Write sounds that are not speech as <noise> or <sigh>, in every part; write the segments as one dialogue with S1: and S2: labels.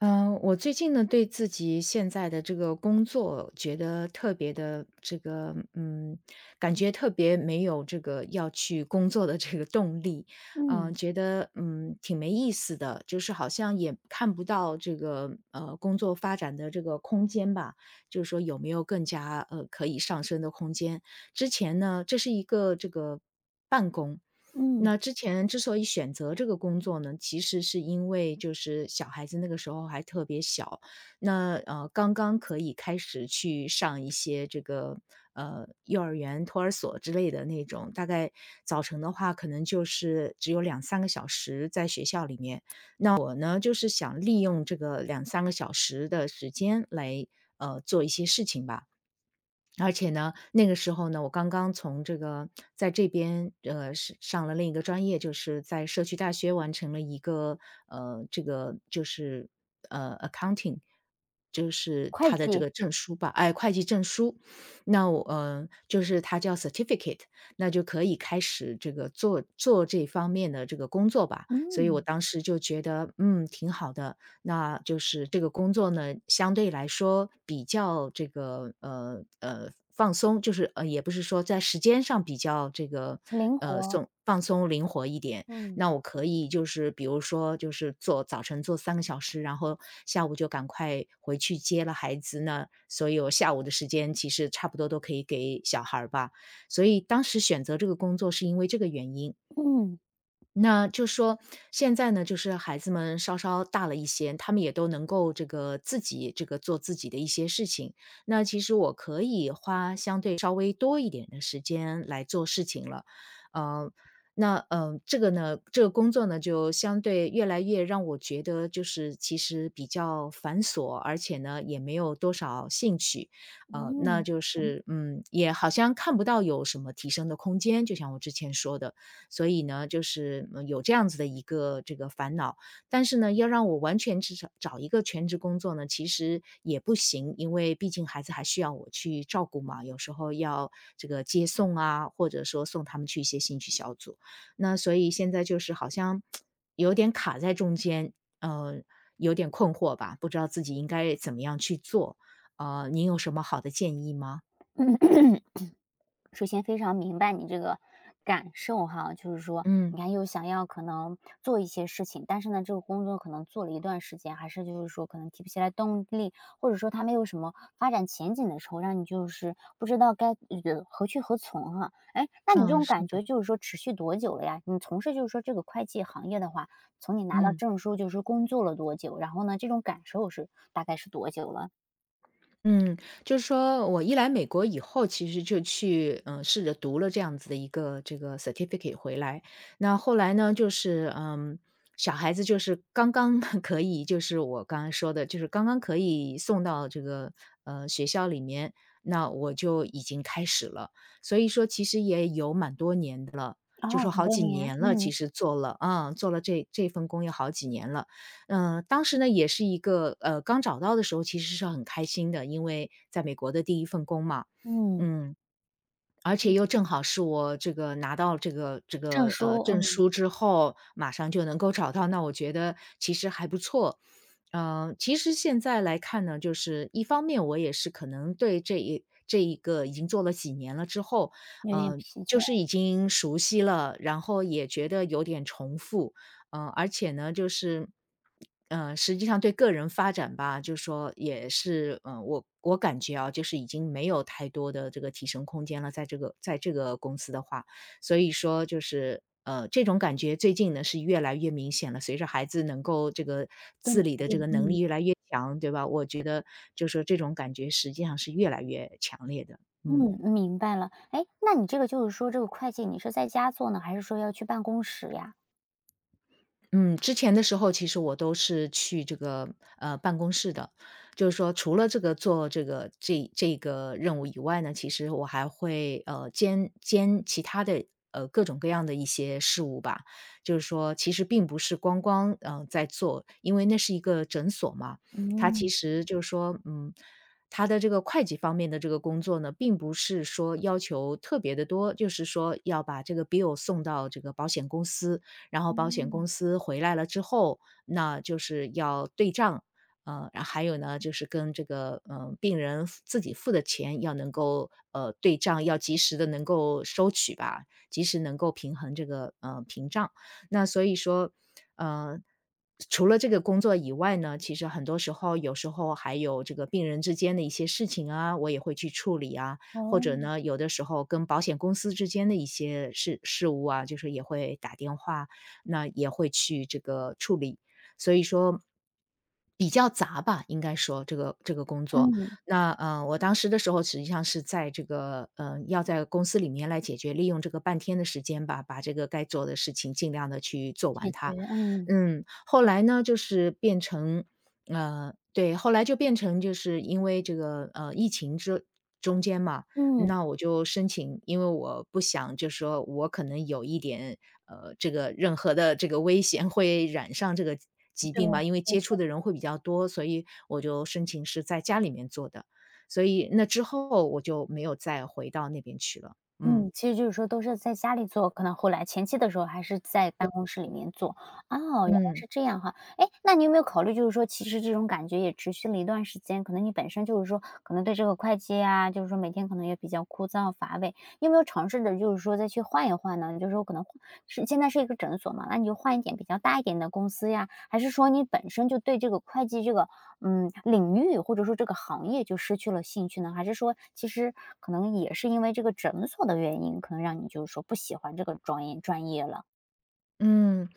S1: 我最近呢，对自己现在的这个工作觉得特别的这个，感觉特别没有这个要去工作的这个动力，嗯、
S2: 嗯，
S1: 觉得嗯挺没意思的，就是好像也看不到这个工作发展的这个空间吧，就是说有没有更加可以上升的空间。之前呢，这是一个这个
S2: 嗯，
S1: 那之前之所以选择这个工作呢，其实是因为就是小孩子那个时候还特别小，那刚刚可以开始去上一些这个幼儿园、托儿所之类的那种，大概早晨的话可能就是只有两三个小时在学校里面。那我呢就是想利用这个两三个小时的时间来做一些事情吧。而且呢，那个时候呢，我刚刚从这个在这边，是上了另一个专业，就是在社区大学完成了一个，呃，这个就是，accounting，就是
S2: 会
S1: 他的这
S2: 计，
S1: 个证书吧，哎，会计证书。那我，就是它叫 certificate，那就可以开始这个做这方面的这个工作吧。所以我
S2: 嗯，
S1: 当时就觉得，嗯，挺好的。那就是这个工作呢，相对来说比较这个放松，就是也不是说在时间上比较这个
S2: 灵活，
S1: 放松灵活一点。
S2: 嗯，
S1: 那我可以就是比如说就是做早晨做三个小时，然后下午就赶快回去接了孩子呢，所以我下午的时间其实差不多都可以给小孩儿吧。所以当时选择这个工作是因为这个原因。
S2: 嗯，
S1: 那就说现在呢，就是孩子们稍稍大了一些，他们也都能够这个自己这个做自己的一些事情。那其实我可以花相对稍微多一点的时间来做事情了，呃，这个呢，这个工作呢，就相对越来越让我觉得就是其实比较繁琐，而且呢也没有多少兴趣，那
S2: 嗯。
S1: 就是嗯，也好像看不到有什么提升的空间，就像我之前说的。所以呢，就是有这样子的一个这个烦恼。但是呢，要让我完全去找一个全职工作呢，其实也不行，因为毕竟孩子还需要我去照顾嘛，有时候要这个接送啊，或者说送他们去一些兴趣小组。那所以现在就是好像有点卡在中间，呃，有点困惑吧，不知道自己应该怎么样去做。您有什么好的建议吗？
S2: 嗯。首先非常明白你这个感受哈，就是说，
S1: 嗯，
S2: 你看又想要可能做一些事情，但是呢，这个工作可能做了一段时间，还是就是说可能提不起来动力，或者说它没有什么发展前景的时候，让你就是不知道该何去何从哈、哎，那你这
S1: 嗯，
S2: 种
S1: 是
S2: 感
S1: 的，
S2: 觉就是说持续多久了呀？你从事就是说这个会计行业的话，从你拿到
S1: 嗯。
S2: 证书就是说工作了多久？然后呢，这种感受是大概是多久了？
S1: 嗯，就是说我一来美国以后，其实就去，试着读了这样子的一个这个 certificate 回来。那后来呢，就是，嗯，小孩子就是刚刚 <laughs> 可以，就是我刚刚说的，就是刚刚可以送到这个学校里面，那我就已经开始了。所以说，其实也有蛮多年的了，就
S2: 哦，
S1: 说
S2: 很
S1: 好
S2: 多
S1: 几
S2: 年，
S1: 年了，其
S2: 嗯
S1: 实做了，嗯，做了这份工也好几年了。当时呢也是一个刚找到的时候其实是很开心的，因为在美国的第一份工嘛。
S2: 嗯，
S1: 嗯，而且又正好是我这个拿到这个这
S2: 证
S1: 个，
S2: 书，
S1: 呃，证
S2: 嗯，
S1: 书之后，马上就能够找到，那我觉得其实还不错。嗯，其实现在来看呢，就是一方面我也是可能对这一个已经做了几年了之后，
S2: 有点
S1: 嗯，
S2: 疲
S1: 就是
S2: 倦。
S1: 已经熟悉了，然后也觉得有点重复。而且呢，就是，嗯，实际上对个人发展吧，就说也是，嗯，我感觉啊，就是已经没有太多的这个提升空间了，在这个公司的话，所以说就是。这种感觉最近呢是越来越明显了。随着孩子能够这个
S2: 炖
S1: 自
S2: 独
S1: 理的这个能力
S2: 立
S1: 越来越强，对吧？我觉得就说这种感觉实际上是越来越强烈的。嗯。
S2: 嗯，嗯，明白了。哎，那你这个就是说这个会计你是在家做呢，还是说要去办公室呀？
S1: 嗯，之前的时候其实我都是去这个办公室的，就是说除了这个做这个这个任务以外呢，其实我还会兼其他的各种各样的一些事务吧。就是说，其实并不是光光在做，因为那是一个诊所嘛，它其
S2: 嗯，
S1: 实就是说嗯。他的这个会计方面的这个工作呢，并不是说要求特别的多，就是说要把这个 bill 送到这个保险公司，然后保险
S2: 嗯，
S1: 公司回来了之后，那就是要对账，然后还有呢，就是跟这个病人付自己付的钱要能够对账，要及时的能够收取吧，及时能够平衡这个屏障。那所以说，呃，除了这个工作以外呢，其实很多时候，有时候还有这个病人之间的一些事情啊，我也会去处理啊，或
S2: 哦，
S1: 者呢，有的时候跟保险公司之间的一些事务啊，就是也会打电话，那也会去这个处理。所以说比较杂吧，应该说这个工作。
S2: 嗯，
S1: 那嗯，我当时的时候实际上是在这个嗯，要在公司里面来解决，利用这个半天的时间吧，把这个该做的事情尽量的去做完
S2: 解决，
S1: 它。
S2: 嗯，
S1: 嗯，后来呢，就是变成对，后来就变成就是因为这个疫情之中间嘛，
S2: 嗯，
S1: 那我就申请，因为我不想就是说我可能有一点，这个任何的这个危险会染上这个疾病
S2: 对。
S1: 吧，因为接触的人会比较多，所以我就申请是在家里面做的。所以那之后我就没有再回到那边去了，嗯。
S2: 嗯，其实就是说都是在家里做，可能后来前期的时候还是在办公室里面做。哦，原来
S1: 嗯。
S2: 是这样哈。哎，那你有没有考虑就是说其实这种感觉也持续了一段时间，可能你本身就是说可能对这个会计啊，就是说每天可能也比较枯燥乏味，你有没有尝试着就是说再去换一换呢？就是说可能换是现在是一个诊所嘛，那你就换一点比较大一点的公司呀，还是说你本身就对这个会计这个领域或者说这个行业就失去了兴趣呢？还是说其实可能也是因为这个诊所的原因，可能让你就是说不喜欢这个专业了？
S1: 嗯，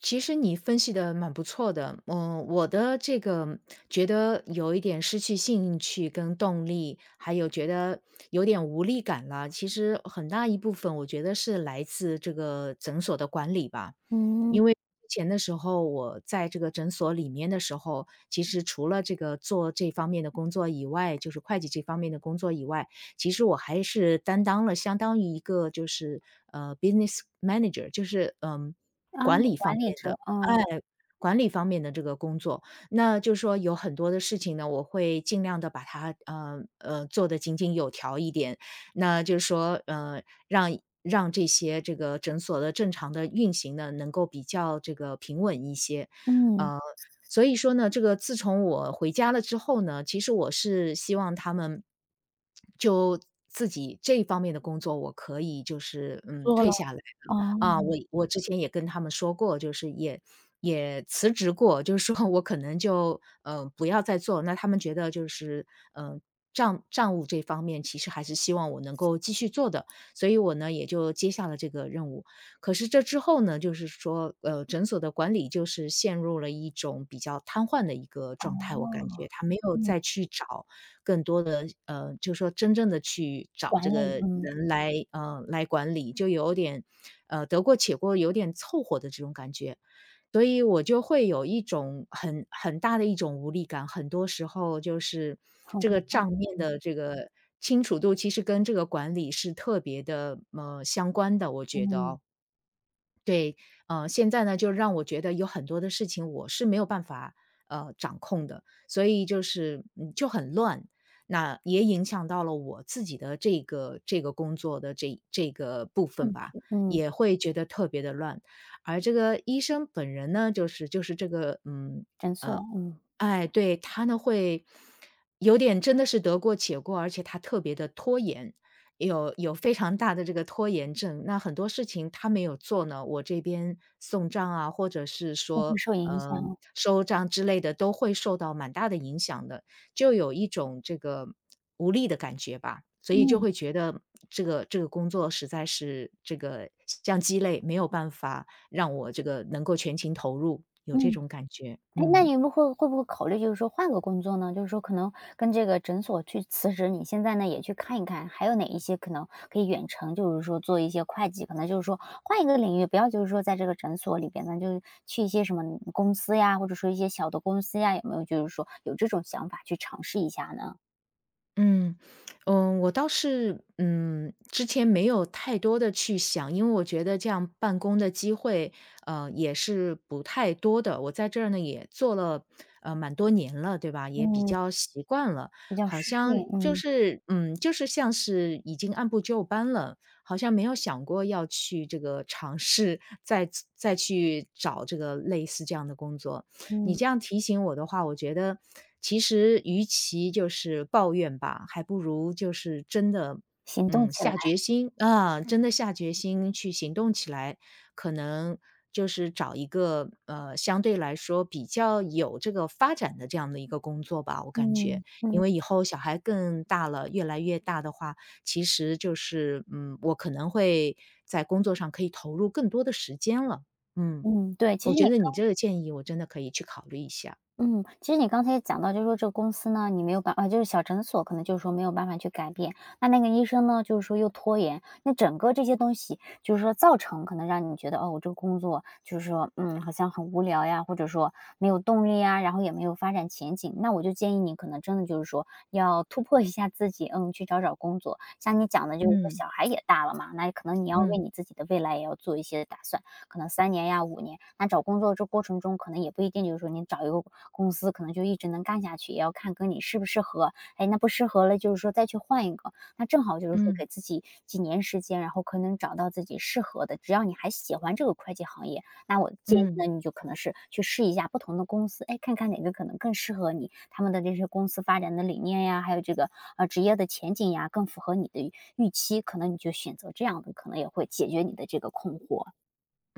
S1: 其实你分析的蛮不错的。嗯，我的这个觉得有一点失去兴趣跟动力，还有觉得有点无力感了。其实很大一部分我觉得是来自这个诊所的管理吧。
S2: 嗯，
S1: 因为之前的时候，我在这个诊所里面的时候，其实除了这个做这方面的工作以外，就是会计这方面的工作以外，其实我还是担当了相当于一个就是，business manager，就是，嗯，
S2: 啊，
S1: 管理方
S2: 管理
S1: 面
S2: 者，
S1: 的。
S2: 嗯，
S1: 哎管理方面的这个工作。那就是说有很多的事情呢，我会尽量的把它，做得井井有条一点。那就是说，让让这些这个诊所的正常的运行呢，能够比较这个平稳一些。
S2: 嗯，
S1: 呃，所以说呢，这个自从我回家了之后呢，其实我是希望他们就自己这一方面的工作，我可以就是，嗯，
S2: 做
S1: 退
S2: 了，
S1: 下来。
S2: 哦，
S1: 啊，我之前也跟他们说过，就是也辞职过，就是说我可能就，嗯不要再做，那他们觉得就是，嗯呃账账务这方面其实还是希望我能够继续做的，所以我呢，也就接下了这个任务。可是这之后呢，就是说，诊所的管理就是陷入了一种比较瘫痪的一个状态，我感觉他没有
S2: 嗯，
S1: 再去找更多的就是说真正的去找
S2: 管
S1: 这
S2: 理，
S1: 个
S2: 嗯，
S1: 人来来管理，就有点，得过且过，有点凑合的这种感觉。所以我就会有一种很大的一种无力感，很多时候就是
S2: 很
S1: 这
S2: 宏
S1: 个
S2: 大，
S1: 账面的这个清楚度，其实跟这个管理是特别的相关的，我觉得
S2: 嗯，
S1: 哦。对，现在呢，就让我觉得有很多的事情我是没有办法掌控的，所以就是嗯就很乱，那也影响到了我自己的这个这个工作的这个部分
S2: 兴
S1: 吧，
S2: 趣，嗯，
S1: 也会觉得特别的乱。而这个医生本人呢，就是这个嗯
S2: 诊所，嗯，
S1: 哎，对，他呢会有点真的是得过且过，而且他特别的拖延，有非常大的这个拖延症。那很多事情他没有做呢，我这边送账啊，或者是
S2: 都会
S1: 说，
S2: 受影响，
S1: 收账之类的，都会受到蛮大的影响的，就有一种这个无力的感觉吧。所以就
S2: 嗯，
S1: 会觉得这个这个工作实在是这个像鸡肋，没有办法让我这个能够全情投入，有这
S2: 嗯。
S1: 种感觉，
S2: 哎，那
S1: 嗯。
S2: 你们会不会考虑就是说换个工作呢？就是说可能跟这个诊所去辞职，你现在呢也去看一看，还有哪一些可能可以远程，就是说做一些会计，可能就是说换一个领域，不要就是说在这个诊所里边呢，就是去一些什么公司呀，或者说一些小的公司呀，有没有就是说有这种想法去尝试一下呢？
S1: 嗯，嗯，我倒是，嗯，之前没有太多的去想，因为我觉得这样办公的机会，也是不太多的。我在这儿呢也做了，蛮多年了，对吧？也比
S2: 嗯，
S1: 较习惯了，
S2: 比较
S1: 好
S2: 适应，
S1: 像就
S2: 嗯
S1: 是，嗯，就是像是已经按部就班了，好像没有想过要去这个尝试再去找这个类似这样的工作。你
S2: 嗯，
S1: 这样提醒我的话，我觉得其实与其就是抱怨吧，还不如就是真的，
S2: 行动
S1: 嗯，
S2: 起来，
S1: 下决心啊，真的下决心去行动起来，可能就是找一个相对来说比较有这个发展的这样的一个工作吧，我感觉，
S2: 嗯
S1: 因
S2: 嗯
S1: 为以后小孩更大了，越来越大的话，其实就是嗯，我可能会在工作上可以投入更多的时间了，嗯。
S2: 嗯，对，
S1: 我觉得你这个建议我真的可以去考虑一下。
S2: 其实你刚才也讲到，就是说这个公司呢，你没有办啊，就是小诊所可能就是说没有办法去改变，那那个医生呢，就是说又拖延，那整个这些东西就是说造成可能让你觉得哦，我这个工作就是说，好像很无聊呀，或者说没有动力呀，然后也没有发展前景。那我就建议你可能真的就是说要突破一下自己，去找找工作。像你讲的，就是说
S1: 嗯，
S2: 小孩也大了嘛，那可能你要为
S1: 嗯，
S2: 你自己的未来也要做一些打算。可能3年呀、5年。那找工作这过程中，可能也不一定就是说你找一个公司可能就一直能干下去，也要看跟你适不适合。哎，那不适合了，就是说再去换一个。那正好就是说
S1: 嗯，
S2: 给自己几年时间，然后可能找到自己适合的。只要你还喜欢这个会计行业，那我建议
S1: 嗯。
S2: 呢，你就可能是去试一下不同的公司，哎，看看哪个可能更适合你，他们的这些公司发展的理念呀，还有这个，职业的前景呀，更符合你的预期，可能你就选择这样的，可能也会解决你的这个困惑。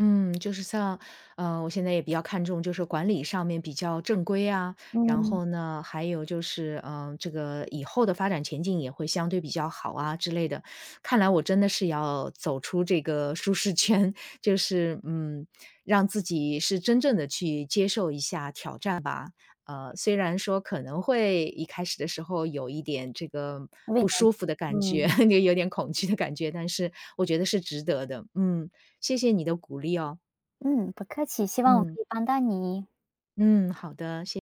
S1: 嗯，就是像，我现在也比较看重，就是管理上面比较正规啊，然
S2: 嗯。
S1: 后呢，还有就是，嗯、这个以后的发展前景也会相对比较好啊之类的。看来我真的是要走出这个舒适圈，<laughs> 就是嗯，让自己是真正的去接受一下挑战吧。虽然说可能会一开始的时候有一点这个
S2: 未
S1: 不
S2: 来
S1: 舒服的感觉，
S2: 嗯，
S1: <laughs> 就有点恐惧的感觉，但是我觉得是值得的。嗯。谢谢你的鼓励哦，
S2: 嗯，不客气，希望我可
S1: 嗯，
S2: 以帮到你。
S1: 嗯，好的，谢谢